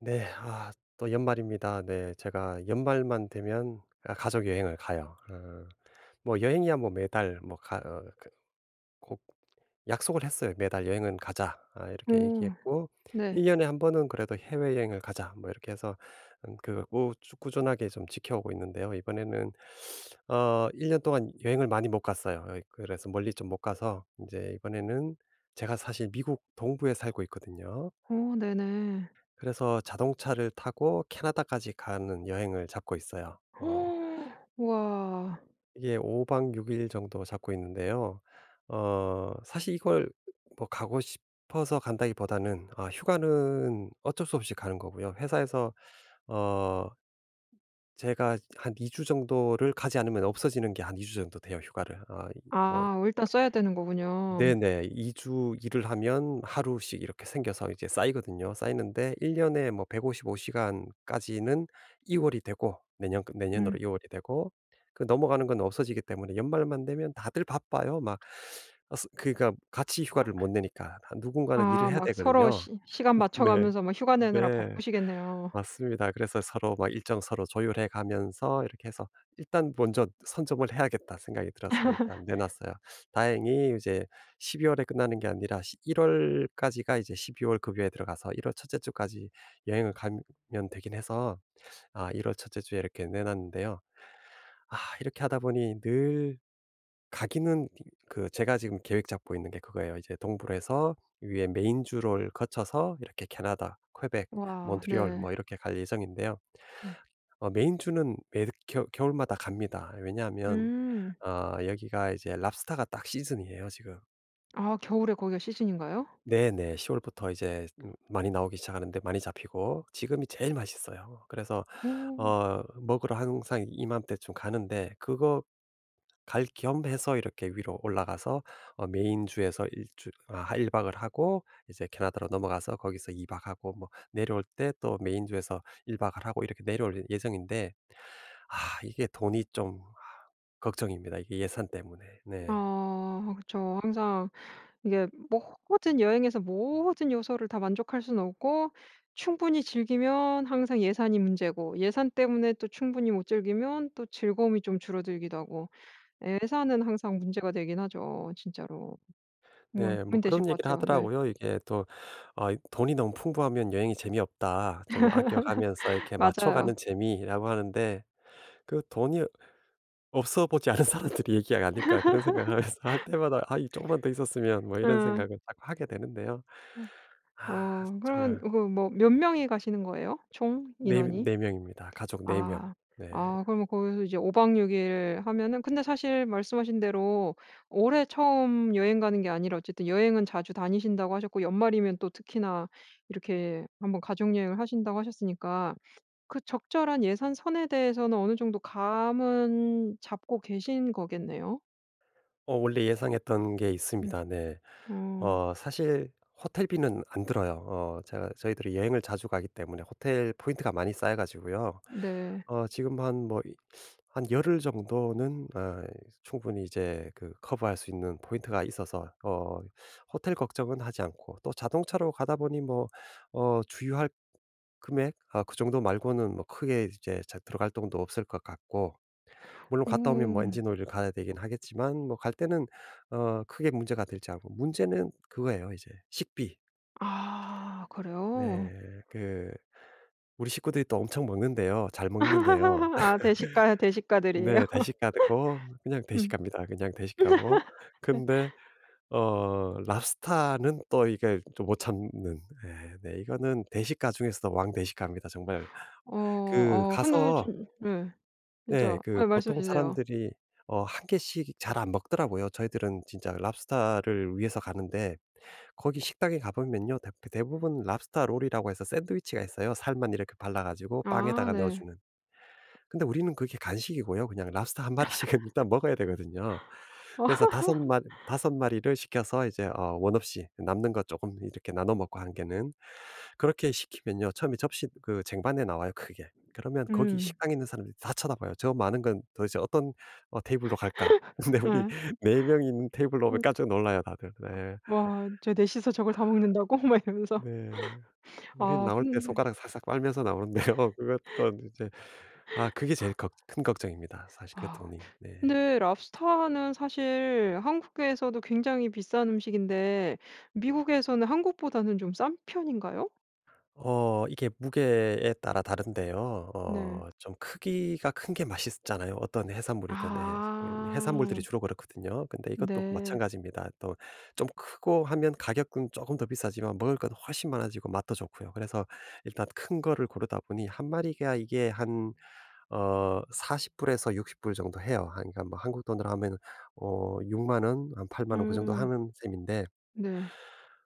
네. 또 연말입니다. 네. 제가 연말만 되면 가족 여행을 가요. 뭐 여행이야, 뭐 매달 뭐 가 어 그 꼭 약속을 했어요. "매달 여행은 가자." 이렇게 오. 얘기했고, 네. "1년 년에 한 번은 그래도 해외여행을 가자." 뭐 이렇게 해서 그걸 꾸 쭉 꾸준하게 좀 지켜오고 있는데요. 이번에는 1년 년 동안 여행을 많이 못 갔어요. 그래서 멀리 좀 못 가서 이제 이번에는 제가 사실 미국 동부에 살고 있거든요. 오, 네네. 그래서 자동차를 타고 캐나다까지 가는 여행을 잡고 있어요. 우와. 이게 5박 6일 정도 잡고 있는데요. 사실 이걸 뭐 가고 싶어서 간다기보다는 휴가는 어쩔 수 없이 가는 거고요. 회사에서 어 제가 한 2주 정도를 가지 않으면 없어지는 게 한 2주 정도 돼요 휴가를. 아이뭐 아 어, 일단 써야 되는 거군요. 네네. 2주 일을 하면 하루씩 이렇게 생겨서 이제 쌓이거든요. 쌓이는데 1년 년에 뭐 155시간 시간까지는 2월 월이 되고, 내년으로 음. 2월 월이 되고 그 넘어가는 건 없어지기 때문에 연말만 되면 다들 바빠요. 막 아, 스 그러니까 같이 휴가를 못 내니까. 누군가는 일을 아 해야 막 서로 되거든요. 시 시간 맞춰 네. 가면서 막 휴가 내느라 네. 바쁘시겠네요. 맞습니다. 그래서 서로 막 일정 서로 조율해 가면서 이렇게 해서 '일단 먼저 선점을 해야겠다.' 생각이 들어서 일단 내 놨어요. 다행히 이제 12월 월에 끝나는 게 아니라 시 1월 월까지가 이제 12월 급여에 들어가서 1월 첫째 주까지 여행을 가면 되긴 해서 1월 월 첫째 주에 이렇게 내 놨는데요. 이렇게 하다 보니 늘 가기는 제가 지금 계획 잡고 있는 게 그거예요. 이제 동부에서 위에 메인주를 거쳐서 이렇게 캐나다, 퀘벡, 와 몬트리올 네. 뭐 이렇게 갈 예정인데요. 네. 메인주는 매 겨 겨울마다 갑니다. 왜냐하면 음. 여기가 이제 랍스터가 딱 시즌이에요 지금. 아 겨울에 거기가 시즌인가요? 네네. 10월 월부터 이제 많이 나오기 시작하는데, 많이 잡히고 지금이 제일 맛있어요. 그래서 오. 먹으러 항상 이맘때쯤 가는데, 그거 갈 겸해서 이렇게 위로 올라가서 메인 주에서 1 주아 일 박을 하고 이제 캐나다로 넘어가서 거기서 2박 하고, 뭐 내려올 때 또 메인 주에서 1박 박을 하고 이렇게 내려올 예정인데, 이게 돈이 좀, 걱정입니다, 이게 예산 때문에. 네. 아 그쵸. 항상 이게 모든 여행에서 모든 요소를 다 만족할 수는 없고 충분히 즐기면 항상 예산이 문제고 예산 때문에 또 충분히 못 즐기면 또 즐거움이 좀 줄어들기도 하고 예산은 항상 문제가 되긴 하죠 진짜로. 정말 네. 뭐 고민되실 그런 것 얘기를 같아요. 네. 하더라고요. 이게 또 이 "돈이 너무 풍부하면 여행이 재미없다. 좀 아껴 가면서 이렇게 맞춰가는 맞아요. 재미."라고 하는데, 그 돈이 없어 보지 않은 사람들이 얘기가 아닐까 그런 생각을 하면서, 할 때마다 '아 이 조금만 더 있었으면.' 뭐 이런 예. 생각을 자꾸 하게 되는데요. 어 그런 정말. 그 뭐 몇 명이 가시는 거예요? 총 4명 인원이? 명입니다. 가족 4명 명. 아. 네. 아 그러면 거기서 이제 5박 6일 하면은 근데 사실 말씀하신 대로 올해 처음 여행 가는 게 아니라 어쨌든 여행은 자주 다니신다고 하셨고 연말이면 또 특히나 이렇게 한번 가족 여행을 하신다고 하셨으니까 그 적절한 예산 선에 대해서는 어느 정도 감은 잡고 계신 거겠네요. 원래 예상했던 게 음. 있습니다. 네. 어 사실 호텔비는 안 들어요. 어 제가 저희들이 여행을 자주 가기 때문에 호텔 포인트가 많이 쌓여 가지고요. 네. 지금 한, 뭐 한 열흘 정도는 충분히 이제 그 커버할 수 있는 포인트가 있어서 호텔 걱정은 하지 않고, 또 자동차로 가다 보니 뭐 주유할 금액 그 정도 말고는 뭐 크게 이제 자 들어갈 돈도 없을 것 같고, 물론 갔다 오면 뭐 음. 엔진 오일을 갈아야 되긴 하겠지만 뭐 갈 때는 크게 문제가 되지 않고, 문제는 그거예요 이제, 식비. 아 네. 그래요? 그 우리 식구들이 또 엄청 먹는데요. 잘 먹는데요. 아 대식가, 대식가들이에요? 네. 대식 가고 그냥 대식 음. 갑니다. 그냥 대식 가고. 네. 근데 랍스타는 또 이게 좀 못 참는. 예 네 네, 이거는 대식가 중에서도 왕대식가입니다. 정말 어, 어 그 어 근데 가서, 진 네. 네. 그죠. 그 네, 말씀해 보통 주세요. 사람들이 한 개씩 잘 안 먹더라고요. 저희들은 진짜 랍스타를 위해서 가는데, 거기 식당에 가 보면요. 대 대부분 랍스터 롤이라고 해서 샌드위치가 있어요. 살만 이렇게 발라 가지고 아 빵에다가 네. 넣어주는. 근데 우리는 그게 간식이고요. 그냥 랍스터 한 마리씩은 일단 먹어야 되거든요. 그래서 어 다섯 마리 섯 마리를 시켜서 이제 원 없이 남는 거 조금 이렇게 나눠 먹고, 한 개는. 그렇게 시키면요. 처음에 접시 그 쟁반에 나와요 그게. 그러면 거기 음. 식당에 있는 사람들이 다 쳐다봐요. '저 많은 건 도대체 어떤 테이블로 갈까?' 근데 우리 예. 4명이 있는 테이블로 오면 음. 깜짝 놀라요 다들. 네. "와 진짜 넷이서 저걸 다 먹는다고?" 막 이러면서. 네. 우린 아 나올 때 근데 손가락 살짝 빨면서 나오는데요. 그것도 이제, 그게 제일 걱 큰 걱정입니다 사실, 그 아 돈이. 네. 근데 랍스타는 사실 한국에서도 굉장히 비싼 음식인데 미국에서는 한국보다는 좀 싼 편인가요? 이게 무게에 따라 다른데요. 어 네. 좀 크기가 큰 게 맛있잖아요, 어떤 해산물이든. 예. 예, 해산물들이 아. 주로 그렇거든요. 근데 이것도 네. 마찬가지입니다. 또 좀 크고 하면 가격은 조금 더 비싸지만 먹을 건 훨씬 많아지고 맛도 좋고요. 그래서 일단 큰 거를 고르다 보니 한 마리가 이게 한 40 불에서 60불 정도 해요. 한 그러니까 뭐 한국 돈으로 하면어6 만 원, 한 8 만원 그 정도 음. 하는 셈인데, 네.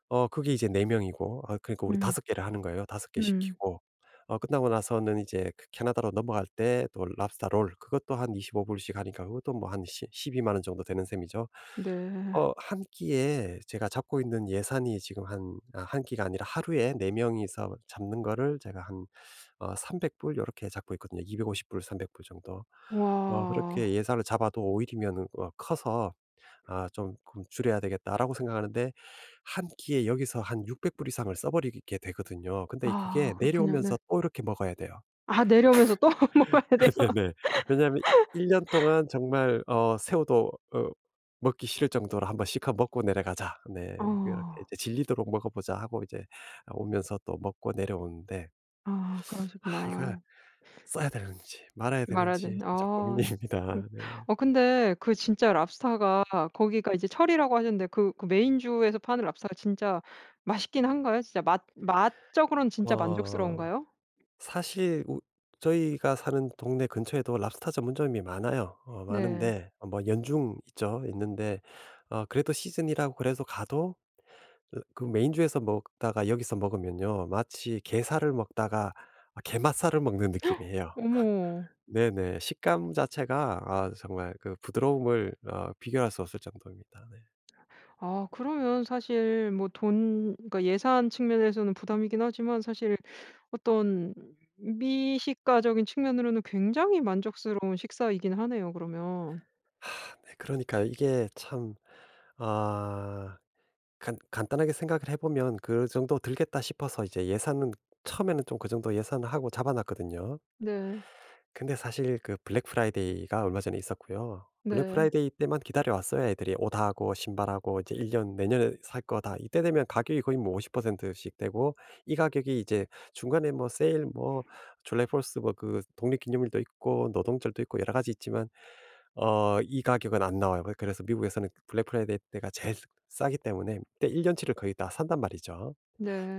그게 이제 4명 명이고, 그러니까 우리 음. 다섯 개를 하는 거예요. 5개 음. 시키고 끝나고 나서는 이제 그 캐나다로 넘어갈 때 또 랍스터 롤, 그것도 한 25 불씩 하니까 그것도 뭐 한 시 1 2만원 정도 되는 셈이죠. 네. 한 끼에 제가 잡고 있는 예산이 지금 한, 한 끼가 아니라 하루에 4명 명이서 잡는 거를 제가 한 300불 요렇게 잡고 있거든요. 250불 300불 정도. 와. 그렇게 예산을 잡아도 오일이면 커서 '아 좀 그럼 줄여야 되겠다.'라고 생각하는데, 한 끼에 여기서 한 600불 이상을 써 버리게 되거든요. 근데 그게 아 그렇군요. 네. 내려오면서 또 이렇게 먹어야 돼요. 아 내려오면서 또 먹어야 돼요? 네네. 왜냐하면 1년 동안 정말 새우도 먹기 싫을 정도로 "한번 실컷 먹고 내려가자." 네. 그렇게 어. 이제 "질리도록 먹어 보자." 하고 이제 오면서 또 먹고 내려오는데, 아 네. 이걸 그러시구나. 써야 되는지 말아야 말아야 되는지 된, 진짜 아. 음. 고민입니다. 네. 어 근데 그 진짜 랍스타가 거기가 이제 철이라고 하셨는데 그 그 메인 주에서 파는 랍스타가 진짜 맛있긴 한가요? 진짜 맛 맛적으로는 진짜 어. 만족스러운가요? 사실 우 저희가 사는 동네 근처에도 랍스터 전문점이 많아요. 네. 많은데 뭐 연중 있죠. 있는데 그래도 시즌이라고 그래서 가도, 그 메인주에서 먹다가 여기서 먹으면요, 마치 게살을 먹다가 게맛살을 먹는 느낌이에요. 어머. 네네. 식감 자체가 정말 그 부드러움을 비교할 수 없을 정도입니다. 네. 아 그러면 사실 뭐 돈 그러니까 예산 측면에서는 부담이긴 하지만 사실 어떤 미식가적인 측면으로는 굉장히 만족스러운 식사이긴 하네요 그러면. 네, 그러니까 이게 참아, 간 간단하게 생각을 해 보면 그 정도 들겠다 싶어서 이제 예산은 처음에는 좀 그 정도 예산을 하고 잡아 놨거든요. 네. 근데 사실 그 블랙 프라이데이가 얼마 전에 있었고요. 블랙 네. 프라이데이 때만 기다려 왔어요. 애들이 옷하고 신발하고 이제 1년 내년에 살 거다, 이때 되면 가격이 거의 뭐 50%씩 되고. 이 가격이 이제 중간에 뭐 세일, 뭐 줄라이 포스, 뭐 그 독립기념일도 있고 노동절도 있고 여러 가지 있지만 이 가격은 안 나와요. 그래서 미국에서는 블랙 프라이데이 때가 제일 싸기 때문에 그때 1년치 년치를 거의 다 산단 말이죠.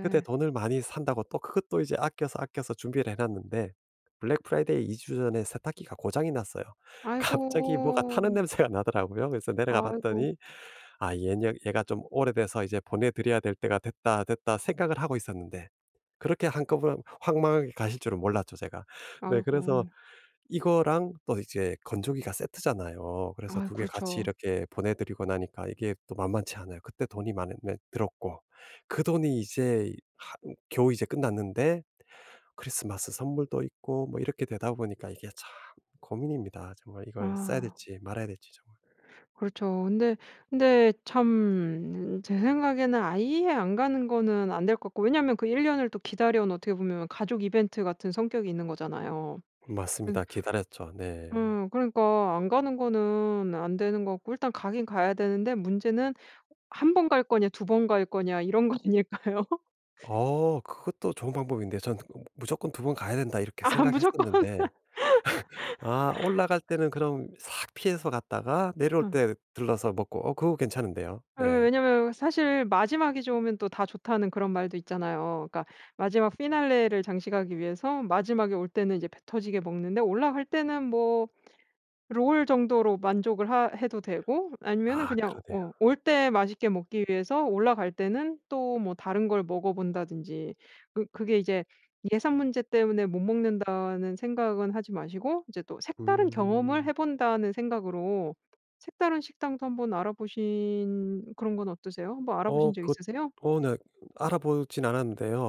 그때 돈을 많이 산다고 또 그것도 이제 아껴서 아껴서 준비를 해 놨는데 블랙 프라이데이 2주 전에 세탁기가 고장이 났어요. 갑자기 뭐가 아이고. 타는 냄새가 나더라고요. 그래서 내려가 아이고. 봤더니 '아 얘 얘가 좀 오래돼서 이제 보내 드려야 될 때가 됐다, 됐다.' 생각을 하고 있었는데, 그렇게 한꺼번에 황망하게 가실 줄은 몰랐죠, 제가. 네, 아이고. 그래서 이거랑 또 이제 건조기가 세트잖아요. 그래서 아이 2개 같이 그렇죠. 이렇게 보내 드리고 나니까 이게 또 만만치 않아요. 그때 돈이 많이, 네, 들었고, 그 돈이 이제 하 겨우 이제 끝났는데 크리스마스 선물도 있고 뭐 이렇게 되다 보니까 이게 참 고민입니다. 정말 이걸 써야 아 될지 말아야 될지, 정말. 그렇죠. 근데 근데 참 제 생각에는 아예 안 가는 거는 안 될 것 같고 왜냐하면 그 1 년을 또 기다려온 어떻게 보면 가족 이벤트 같은 성격이 있는 거잖아요. 그 맞습니다. 기다렸죠. 네. 그러니까 안 가는 거는 안 되는 것 같고 일단 가긴 가야 되는데 문제는 한 번 갈 거냐 두 번 갈 거냐 이런 거 아닐까요? 그것도 좋은 방법인데 전 그 '무조건 두 번 가야 된다.' 이렇게 아 무조건. 생각했었는데 올라갈 때는 그럼 싹 피해서 갔다가 내려올 때 들러서 먹고, 그거 괜찮은데요. 예 네. 왜냐면 사실 마지막이 좋으면 또 다 좋다는 그런 말도 있잖아요. 그러니까 마지막 피날레를 장식하기 위해서 마지막에 올 때는 이제 배 터지게 먹는데 올라갈 때는 뭐 롤 정도로 만족을 하 해도 되고 아니면은 그냥 그러네요. 어 올 때 맛있게 먹기 위해서 올라갈 때는 또 뭐 다른 걸 먹어 본다든지 그 그게 이제 예산 문제 때문에 못 먹는다는 생각은 하지 마시고 이제 또 '색다른 경험을 음. 해 본다.'는 생각으로 색다른 식당도 한번 알아보신 그런 건 어떠세요? 한번 어 알아보신 적 그것 있으세요? 어 네. 알아보진 않았는데요.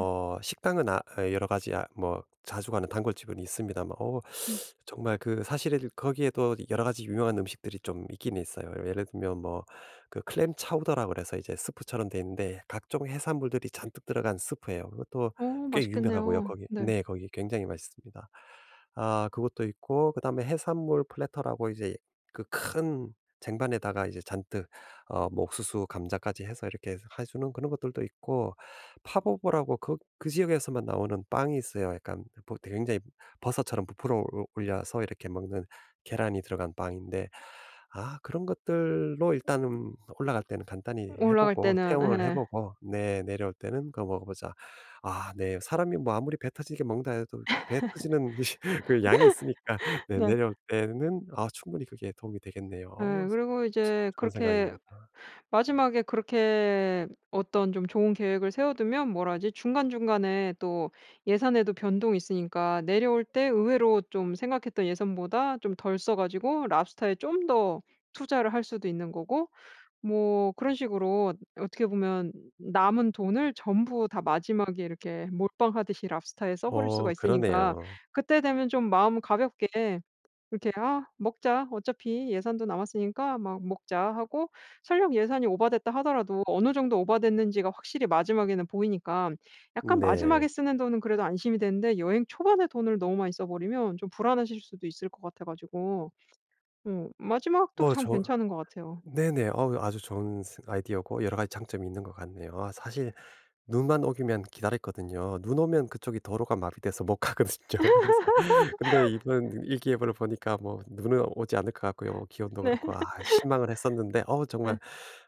음 식당은 여러 가지, 뭐 자주 가는 단골집은 있습니다만. 음. 정말 그 사실 거기에도 여러 가지 유명한 음식들이 좀 있긴 있어요. 예를 들면 뭐 그 클램 차우더라 그래서 이제 스프처럼 돼 있는데 각종 해산물들이 잔뜩 들어간 스프예요. 그것도 오, 꽤 유명하고요, 맛있겠네요. 거기 네. 네 거기 굉장히 맛있습니다. 그것도 있고 그다음에 해산물 플래터라고 이제 그 큰 쟁반에다가 이제 잔뜩 뭐 옥수수, 감자까지 해서 이렇게 해 주는 그런 것들도 있고, 파보보라고, 그 지역에서만 나오는 빵이 있어요. 약간 보 굉장히 버섯처럼 부풀어 올 올려서 이렇게 먹는 계란이 들어간 빵인데, 그런 것들로 일단은 올라갈 때는 간단히 해 올라갈 보고 때는 체험을 해 예. 보고, 네, 내려올 때는 그거 먹어 보자. 네. 사람이 뭐 아무리 배 터지게 먹는다 해도 배 터지는 그 양이 있으니까, 네, 네. 내려올 때는 충분히 그게 도움이 되겠네요. 예. 그리고 이제 좋은 그렇게 생각입니다. 마지막에 그렇게 어떤 좀 좋은 계획을 세워두면 뭐라 하지? 중간중간에 또 예산에도 변동이 있으니까 내려올 때 의외로 좀 생각했던 예산보다 좀 덜 써 가지고 랍스타에 좀 더 투자를 할 수도 있는 거고 뭐 그런 식으로 어떻게 보면 남은 돈을 전부 다 마지막에 이렇게 몰빵하듯이 랍스타에 써 버릴 수가 있으니까 그러네요. 그때 되면 좀 마음 가볍게 이렇게 "아 먹자. 어차피 예산도 남았으니까 막 먹자." 하고 설령 예산이 오바됐다 하더라도 어느 정도 오바됐는지가 확실히 마지막에는 보이니까 약간 마지막에 네. 쓰는 돈은 그래도 안심이 되는데 여행 초반에 돈을 너무 많이 써 버리면 좀 불안하실 수도 있을 것 같아 가지고 어 마지막도 어 참 저 괜찮은 것 같아요. 네네. 아주 좋은 스 아이디어고 여러 가지 장점이 있는 것 같네요. 사실 눈만 오기면 기다렸거든요. 눈 오면 그쪽이 도로가 마비돼서 못 가거든요. 그래서 근데 이번 일기예보를 보니까 뭐 눈은 오지 않을 것 같고요. 기온도 네. 그렇고 실망을 했었는데 정말, 네.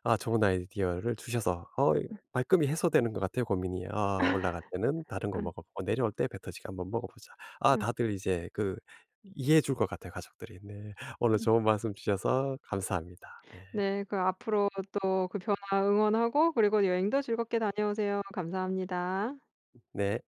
좋은 아이디어를 주셔서 말끔히 해소되는 것 같아요 고민이. '아 올라갈 때는 다른 거 네, 먹어 보고 내려올 때 배터지게 한번 먹어 보자.' 네. 다들 이제 그 이해해 줄 것 같아요, 가족들이. 네. 오늘 음. 좋은 말씀 주셔서 감사합니다. 네. 네. 그 앞으로 또 그 변화 응원하고 그리고 여행도 즐겁게 다녀오세요. 감사합니다. 네.